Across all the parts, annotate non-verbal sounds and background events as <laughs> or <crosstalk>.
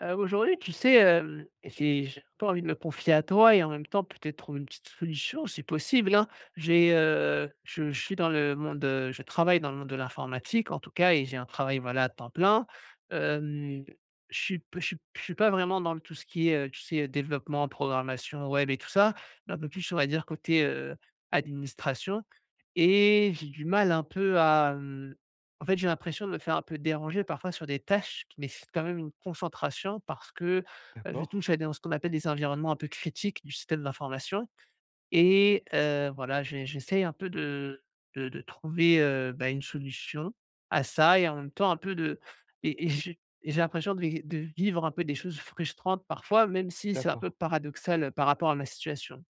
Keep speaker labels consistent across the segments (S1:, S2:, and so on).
S1: Aujourd'hui, tu sais, j'ai un peu envie de me confier à toi et en même temps peut-être trouver une petite solution c'est possible, hein. J'ai, je suis dans le monde, je travaille dans le monde de l'informatique en tout cas et j'ai un travail, voilà, à temps plein. Hem, je suis p je suis pas vraiment dans le tout ce qui est, tu sais, développement, programmation web et tout ça, mais un peu plus, on va dire, côté, administration. Et j'ai du mal un peu à, en fait, j'ai l'impression de me faire un peu déranger parfois sur des tâches qui nécessitent quand même une concentration parce que, je
S2: D'accord,
S1: touche à des ce qu'on appelle des environnements un peu critiques du système d'information et voilà, j'essaye un peu de trouver, bah, une solution à ça et en même temps un peu de et j'ai l'impression de vi de vivre un peu des choses frustrantes parfois, même si c'est un peu
S2: d'accord.
S1: paradoxal, par rapport à ma situation.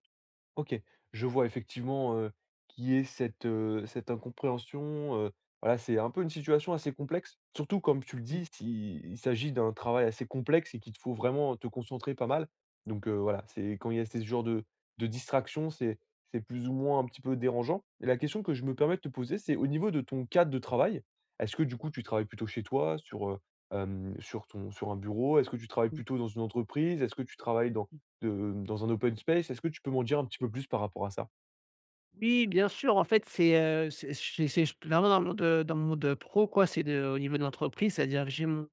S2: OK. Je vois effectivement, qu'il y ait cette, cette incompréhension, voilà, c'est un peu une situation assez complexe. Surtout comme tu le
S1: Mmh.
S2: dis, si il s'agit d'un travail assez complexe et qu'il te faut vraiment te concentrer pas mal. Donc, voilà, c'est quand il y a ce genre de distraction, c'est plus ou moins un petit peu dérangeant. Et la question que je me permets de te poser, c'est au niveau de ton cadre de travail, est-ce que du coup tu travailles plutôt chez toi sur, sur ton sur un bureau? Est-ce que tu travailles
S1: Mmh.
S2: plutôt dans une entreprise? Est-ce que tu travailles dans De dans un open space, est-ce que tu peux m'en dire un petit peu plus par rapport à ça?
S1: Oui, bien sûr, en fait, c'est j dans le monde, pro quoi, c'est de au niveau de l'entreprise, c'est-à-dire que j'ai mon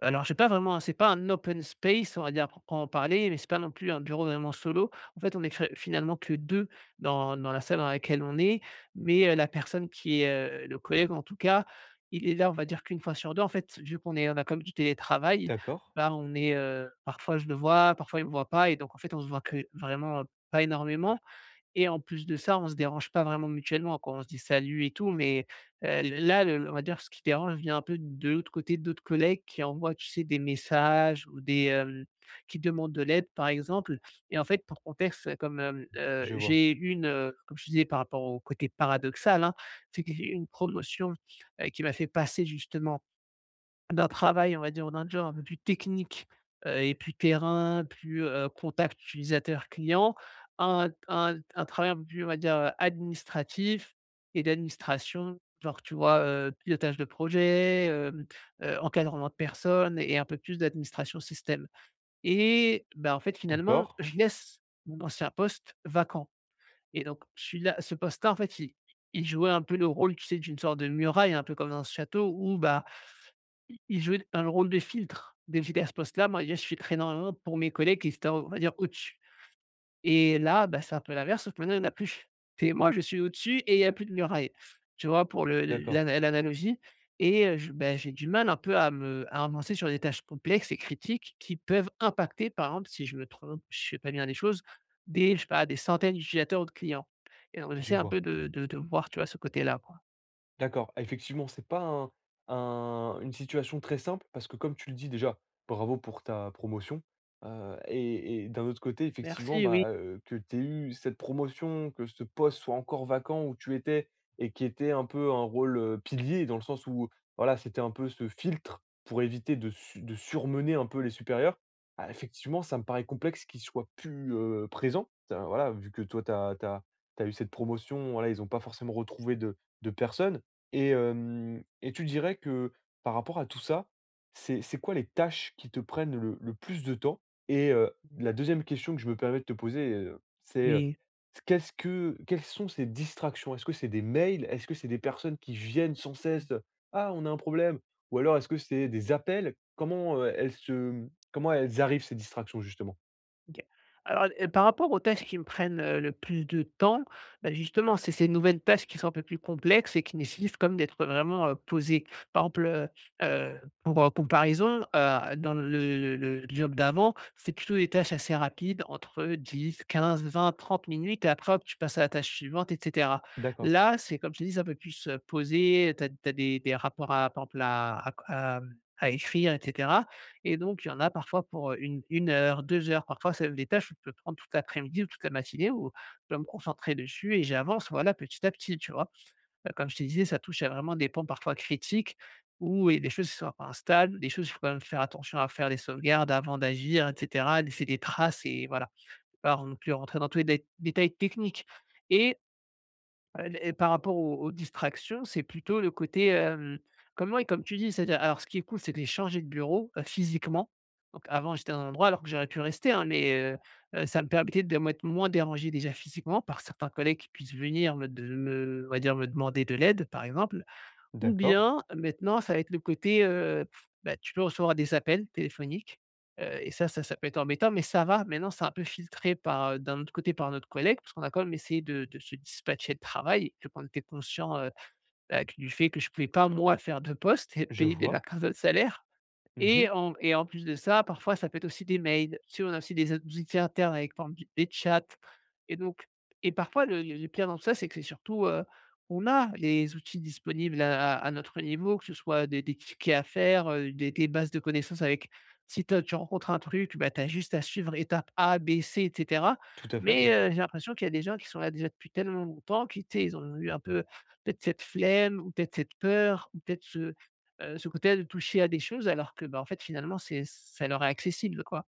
S1: Alors, j'ai pas vraiment c'est pas un open space, on va dire, à proprement parler, mais c'est pas non plus un bureau vraiment solo. En fait, on est fi finalement que 2 dans la salle dans laquelle on est, mais la personne qui est, le collègue en tout cas, il est là, on va dire qu'une fois sur deux. En fait, vu qu'on est on a comme du télétravail,
S2: D'accord,
S1: bah, on est, parfois je le vois, parfois il me voit pas et donc en fait, on se voit que vraiment, pas énormément et en plus de ça, on se dérange pas vraiment mutuellement, quoi. On se dit «salut» et tout, mais heu, là, le on va dire ce qui dérange vient un peu de l'autre côté d'autres collègues qui envoient, tu sais, des messages ou des, qui demandent de l'aide, par exemple. Et en fait, pour contexte, comme,
S2: je vois.
S1: j'ai eu une, comme je disais par rapport au côté paradoxal, hein, c'est que j'ai eu une promotion, qui m'a fait passer justement d'un travail, on va dire, ou d'un job un peu plus technique, et plus terrain, plus, contact utilisateur-client, à un travail un peu plus, on va dire, administratif et d'administration, genre, tu vois, pilotage de projet, encadrement de personnes et un peu plus d'administration système et ben en fait, finalement,
S2: D'accord,
S1: je laisse mon ancien poste vacant et donc je là ce poste-là, en fait, il jouait un peu le rôle, tu sais, d'une sorte de muraille, un peu comme dans ce château où, bah, I il jouait un rôle de filtre. Donc j'étais à ce poste-là, moi déjà je filtrais énormément pour mes collègues qui étaient, on va dire, au-dessus et là, bah, c'est un peu l'inverse, sauf que maintenant il n'y en a plus. C'est moi je suis au-dessus et il n'y a plus de muraille, tu vois? Pour le
S2: d'accord,
S1: l'ana l'analogie. Et je bah, j'ai du mal un peu à avancer sur des tâches complexes et critiques qui peuvent impacter, par exemple, si je me trompe, je ne fais pas bien des choses, des, je sais pas, des centaines d'utilisateurs ou de clients et donc
S2: je
S1: j'essaie un
S2: vois.
S1: peu de voir, tu vois, ce côté-là, quoi.
S2: D'accord, effectivement, c'est pas un une situation très simple parce que comme tu le dis déjà, bravo pour ta promotion, et d'un autre côté, effectivement,
S1: Merci, oui.
S2: bah, que tu aies eu cette promotion, que ce poste soit encore vacant où tu étais et qui était un peu un rôle, pilier dans le sens où, voilà, c'était un peu ce filtre pour éviter de su de surmener un peu les supérieurs. Ah, effectivement, ça me paraît complexe qu'ils soient plus, présents. Tu voilà, vu que toi, tu as tu eu cette promotion, voilà, ils ont pas forcément retrouvé de personnes. Et hem et tu dirais que par rapport à tout ça, c'est quoi les tâches qui te prennent le plus de temps? Et la deuxième question que je me permets de te poser, c'est,
S1: Oui.
S2: qu'est-ce que quelles sont ces distractions? Est-ce que c'est des mails? Est-ce que c'est des personnes qui viennent sans cesse, « Ah, on a un problème » ou alors est-ce que c'est des appels? Comment, elles se comment elles arrivent ces distractions justement?
S1: OK. Alors, par rapport aux tâches qui me prennent, le plus de temps, bah, justement, c'est ces nouvelles tâches qui sont un peu plus complexes et qui nécessitent comme d'être vraiment, posé. Par exemple, pour, comparaison, dans le job d'avant, c'est plutôt des tâches assez rapides, entre 10-15-20-30 minutes et après, hop, tu passes à la tâche suivante et cetera.
S2: D'accord,
S1: Là, c'est comme je te dis, c'est un peu plus, posé, tu as des rapports à, par exemple, à, à écrire etc. Et donc, il y en a parfois pour, une 1 heure, 2 heures, parfois c'est des tâches où je peux prendre toute l'après-midi ou toute la matinée où je dois me concentrer dessus et j'avance, voilà, petit à petit, tu vois? Comme je te disais, ça touche à vraiment des pans parfois critiques où il y a des choses qui sont pas instables, des choses il faut quand même faire attention à faire des sauvegardes avant d'agir et cetera, laisser des traces et voilà, je ne pas non plus rentrer dans tous les détails techniques. Et Et par rapport aux distractions, c'est plutôt le côté, comme moi, et comme tu dis, c'est-à-dire alors ce qui est cool, c'est que j'ai changé de bureau, physiquement. Donc avant, j'étais à un endroit alors que j'aurais pu rester, hein, mais ça me permettait de m'être moins dérangé déjà physiquement par certains collègues qui puissent venir me, on va dire, me demander de l'aide, par exemple. Ou
S2: d'accord,
S1: bien maintenant, ça va être le côté, bah, tu peux recevoir des appels téléphoniques, et ça peut être embêtant, mais ça va, maintenant c'est un peu filtré par, d'un autre côté par notre collègue, parce qu'on a quand même essayé de se dispatcher de travail, que quand on était conscient, bah, que du fait que je ne pouvais pas moi faire 2 postes et
S2: je
S1: payer des
S2: vois.
S1: vacances de salaire.
S2: Mmh.
S1: Et en plus de ça, parfois, ça peut être aussi des mails. Tu sais, on a aussi des outils internes avec par exemple du des chats et donc parfois le pire dans tout ça, c'est que c'est surtout, on a les outils disponibles à notre niveau, que ce soit des tickets à faire, des bases de connaissances avec si toi tu rencontres un truc, bah, tu as juste à suivre étape A, B, C et cetera.
S2: Tout à fait.
S1: Mais, j'ai l'impression qu'il y a des gens qui sont là déjà depuis tellement longtemps, qui, tu sais, ils ont eu un peu peut-être cette flemme ou peut-être cette peur ou peut-être ce côté-là de toucher à des choses alors que, bah, en fait, finalement, c'est ça leur est accessible, quoi.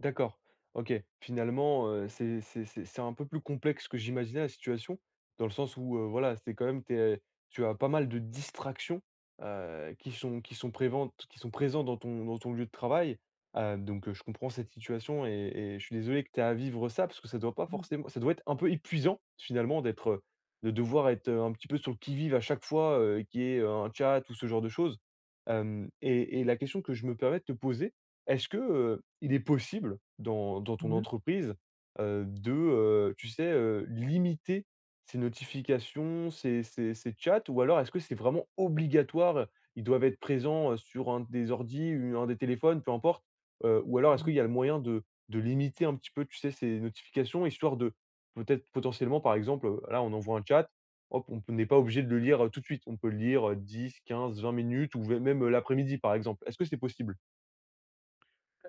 S2: D'accord. OK. Finalement, c'est un peu plus complexe que j'imaginais la situation, dans le sens où, voilà, c'est quand même t'es tu as pas mal de distractions, qui sont préventes qui sont présents dans ton lieu de travail. Donc, je comprends cette situation et je suis désolé que tu aies à vivre ça, parce que ça doit pas
S1: Mmh.
S2: forcément ça doit être un peu épuisant finalement de devoir être, un petit peu sur le qui-vive à chaque fois, qui qu'il y ait, un chat ou ce genre de choses. Hem et la question que je me permets de te poser, est-ce que, il est possible dans ton
S1: Mmh.
S2: entreprise, de, tu sais, limiter ces notifications, ces chats? Ou alors est-ce que c'est vraiment obligatoire, ils doivent être présents, sur un des ordis, u un des téléphones, peu importe? Ou alors est-ce
S1: Mmh.
S2: qu'il y a le moyen de limiter un petit peu, tu sais, ces notifications, histoire de peut-être potentiellement, par exemple, là, on envoie un chat, hop, on n'est pas obligé de le lire, tout de suite. On peut le lire, 10-15-20 minutes ou même, l'après-midi, par exemple. Est-ce que c'est possible?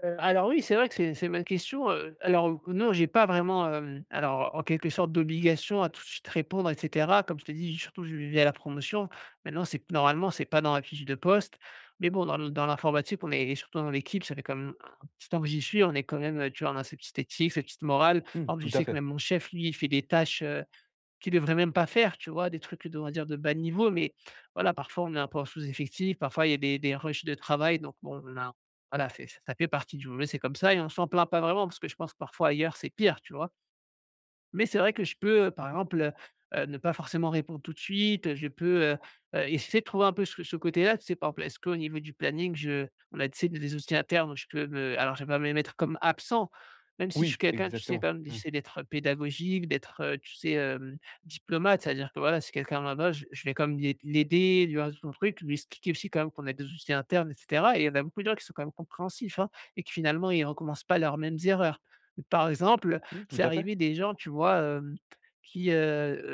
S1: Alors oui, c'est vrai que c'est ma question, alors, non, j'ai pas vraiment, alors, en quelque sorte, d'obligation à tout de suite répondre et cetera. Comme je t'ai dit, surtout, je vivais à la promotion. Maintenant, c'est normalement, c'est pas dans la fiche de poste, mais bon, dans l'informatique, on est et surtout dans l'équipe, ça fait quand même un petit temps que j'y suis, on est quand même, tu vois, on a cette petite éthique, cette petite morale.
S2: Mmh,
S1: Par
S2: tout
S1: exemple, je
S2: à
S1: sais que
S2: fait.
S1: même mon chef, lui, il fait des tâches, qui devrait même pas faire, tu vois? Des trucs de, on va dire, de bas niveau, mais voilà, parfois on est un peu en sous-effectif, parfois il y a des rushs de travail, donc bon, on a voilà, c'est ça fait partie du jeu, c'est comme ça et on s'en plaint pas vraiment parce que je pense que parfois ailleurs c'est pire, tu vois? Mais c'est vrai que je peux, par exemple, ne pas forcément répondre tout de suite, je peux, essayer de trouver un peu ce côté-là, tu sais? Par exemple, est-ce qu'au niveau du planning, je on a, tu sais, des outils internes où je peux me alors je vais pas me mettre comme absent, même si je suis
S2: Oui,
S1: quelqu'un, tu sais,
S2: exactement.
S1: quand même,
S2: Mmh.
S1: j'essaie d'être pédagogique, d'être, tu sais, diplomate. C'est-à-dire que voilà, si quelqu'un là a je vais quand même l'aider, lui raconter mon truc, lui expliquer aussi quand même qu'on a des outils internes et cetera et il y en a beaucoup de gens qui sont quand même compréhensifs, hein, et qui finalement, ils ne recommencent pas leurs mêmes erreurs. Par exemple,
S2: Mmh, tout
S1: c'est
S2: à fait.
S1: arrivé des gens, tu vois, qui, heu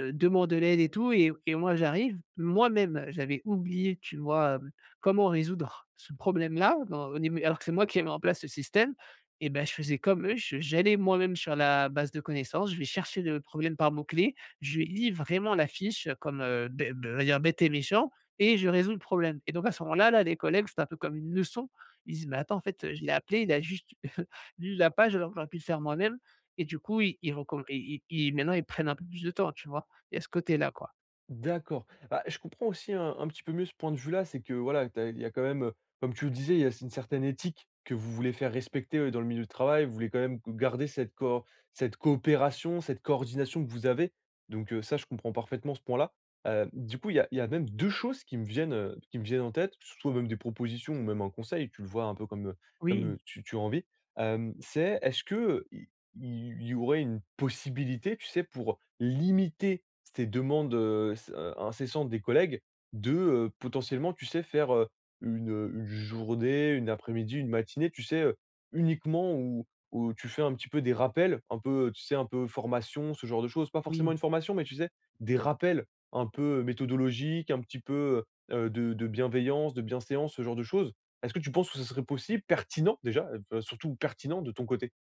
S1: heu, demandent de l'aide et tout et moi j'arrive, moi-même, j'avais oublié, tu vois, comment résoudre <laughs> ce problème-là dans au début alors que c'est moi qui ai mis en place ce système et ben je faisais comme eux, je j'allais moi-même sur la base de connaissances, je vais chercher le problème par mots-clés, je lis vraiment la fiche comme, bê bê on va dire, bête et méchant et je résous le problème et donc à ce moment-là, les collègues, c'était un peu comme une leçon. Ils disent: «Mais attends, en fait, je l'ai appelé, il a juste <laughs> lu la page alors que j'aurais pu le faire moi-même». Et du coup, ils ils recomm ils ils ils maintenant, ils prennent un peu plus de temps, tu vois? Il y a ce côté-là, quoi.
S2: D'accord. Bah, je comprends aussi un petit peu mieux ce point de vue-là, c'est que voilà, il y a quand même, comme tu le disais, il y a une certaine éthique que vous voulez faire respecter dans le milieu du travail, vous voulez quand même garder cette, cette coopération, cette coordination que vous avez. Donc ça, je comprends parfaitement ce point-là. Du coup, il y a même deux choses qui me viennent en tête, que ce soit même des propositions ou même un conseil, tu le vois un peu comme, comme
S1: Oui,
S2: tu as envie. C'est est-ce que il y aurait une possibilité, tu sais, pour limiter ces demandes, s incessantes des collègues de, potentiellement, tu sais, faire, une journée, une après-midi, une matinée, tu sais, uniquement où tu fais un petit peu des rappels, un peu, tu sais, un peu formation, ce genre de choses. Pas forcément
S1: oui.
S2: une formation, mais tu sais, des rappels un peu, méthodologiques, un petit peu, de bienveillance, de bienséance, ce genre de choses. Est-ce que tu penses que ce serait possible, pertinent déjà, enfin, surtout pertinent de ton côté?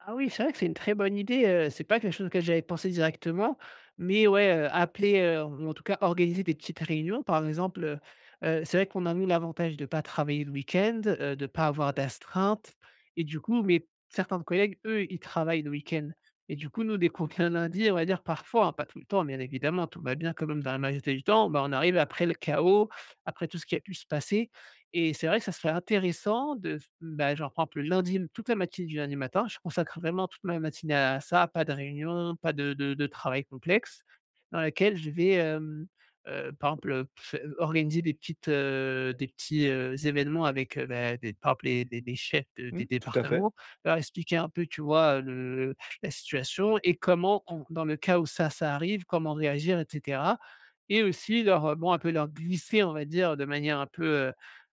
S1: Ah oui, c'est vrai que c'est une très bonne idée, c'est pas quelque chose auquel j'avais pensé directement, mais ouais, appeler, ou en tout cas organiser des petites réunions par exemple. C'est vrai qu'on a nous l'avantage de pas travailler le week-end, de pas avoir d'astreinte et du coup mais certains collègues, eux, ils travaillent le week-end et du coup nous dès qu'on vient lundi, on va dire parfois, hein, pas tout le temps bien évidemment, tout va bien quand même dans la majorité du temps, bah, on arrive après le chaos, après tout ce qui a pu se passer et c'est vrai que ça serait intéressant de f bah, genre, par exemple, le lundi, toute la matinée du lundi matin, je consacre vraiment toute ma matinée à ça, pas de réunion, pas de travail complexe, dans laquelle je vais, par exemple, f organiser des petites, des petits, événements avec, bah, des par exemple, les chefs de des
S2: Mmh, tout à fait.
S1: départements, leur expliquer un peu, tu vois, le la situation et comment on dans le cas où ça arrive, comment réagir et cetera et aussi leur, bon, un peu leur glisser, on va dire, de manière un peu,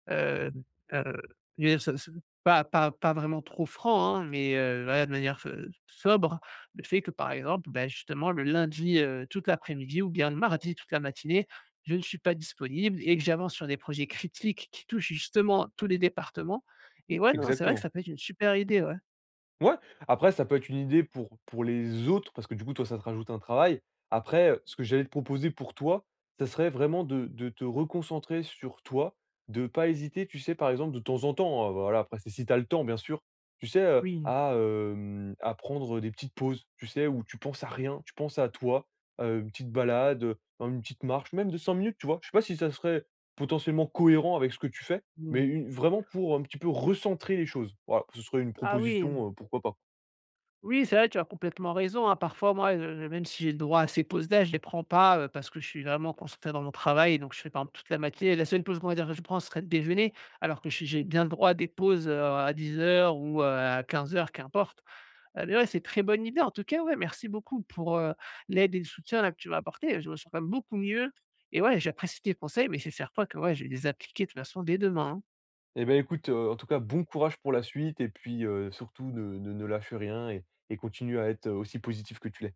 S1: Heu heu, je veux dire ce ce pas vraiment trop franc, hein, mais voilà, de manière, sobre, le fait que, par exemple, bah, justement le lundi, toute l'après-midi ou bien le mardi toute la matinée, je ne suis pas disponible et que j'avance sur des projets critiques qui touchent justement tous les départements
S2: Mmh,
S1: et ouais, non, c'est vrai que
S2: exactement.
S1: ça peut être une super idée, ouais.
S2: Ouais, après ça peut être une idée pour les autres, parce que du coup, toi, ça te rajoute un travail. Après, ce que j'allais te proposer pour toi, ça serait vraiment de te reconcentrer sur toi, de pas hésiter, tu sais, par exemple, de temps en temps, voilà, après c'est si tu as le temps bien sûr, tu sais,
S1: Oui,
S2: à prendre, des petites pauses, tu sais, où tu penses à rien, tu penses à toi, une petite balade, une petite marche, même de 5 minutes, tu vois? Je sais pas si ça serait potentiellement cohérent avec ce que tu fais? Mais
S1: mmh.
S2: une vraiment pour un petit peu recentrer les choses. Voilà, ce serait une
S1: Ah oui!
S2: proposition, pourquoi pas.
S1: Oui, c'est vrai, tu as complètement raison, hein. Parfois, moi, même si j'ai le droit à ces pauses là, je les prends pas, parce que je suis vraiment concentré dans mon travail donc je fais, par exemple, toute la matinée. La seule pause qu'on va dire que je prends, serait le déjeuner, alors que je j'ai bien le droit à des pauses, à 10 heures ou à 15 heures, qu'importe. Mais ouais, c'est très bonne idée. En tout cas, ouais, merci beaucoup pour, l'aide et le soutien là que tu m'as apporté. Je me sens quand même beaucoup mieux et ouais, j'apprécie tes conseils, mais c'est certain que, ouais, je vais les appliquer de toute façon dès demain, hein.
S2: Eh ben écoute, en tout cas, bon courage pour la suite et puis, surtout ne lâche rien et continue à être aussi positif que tu l'es.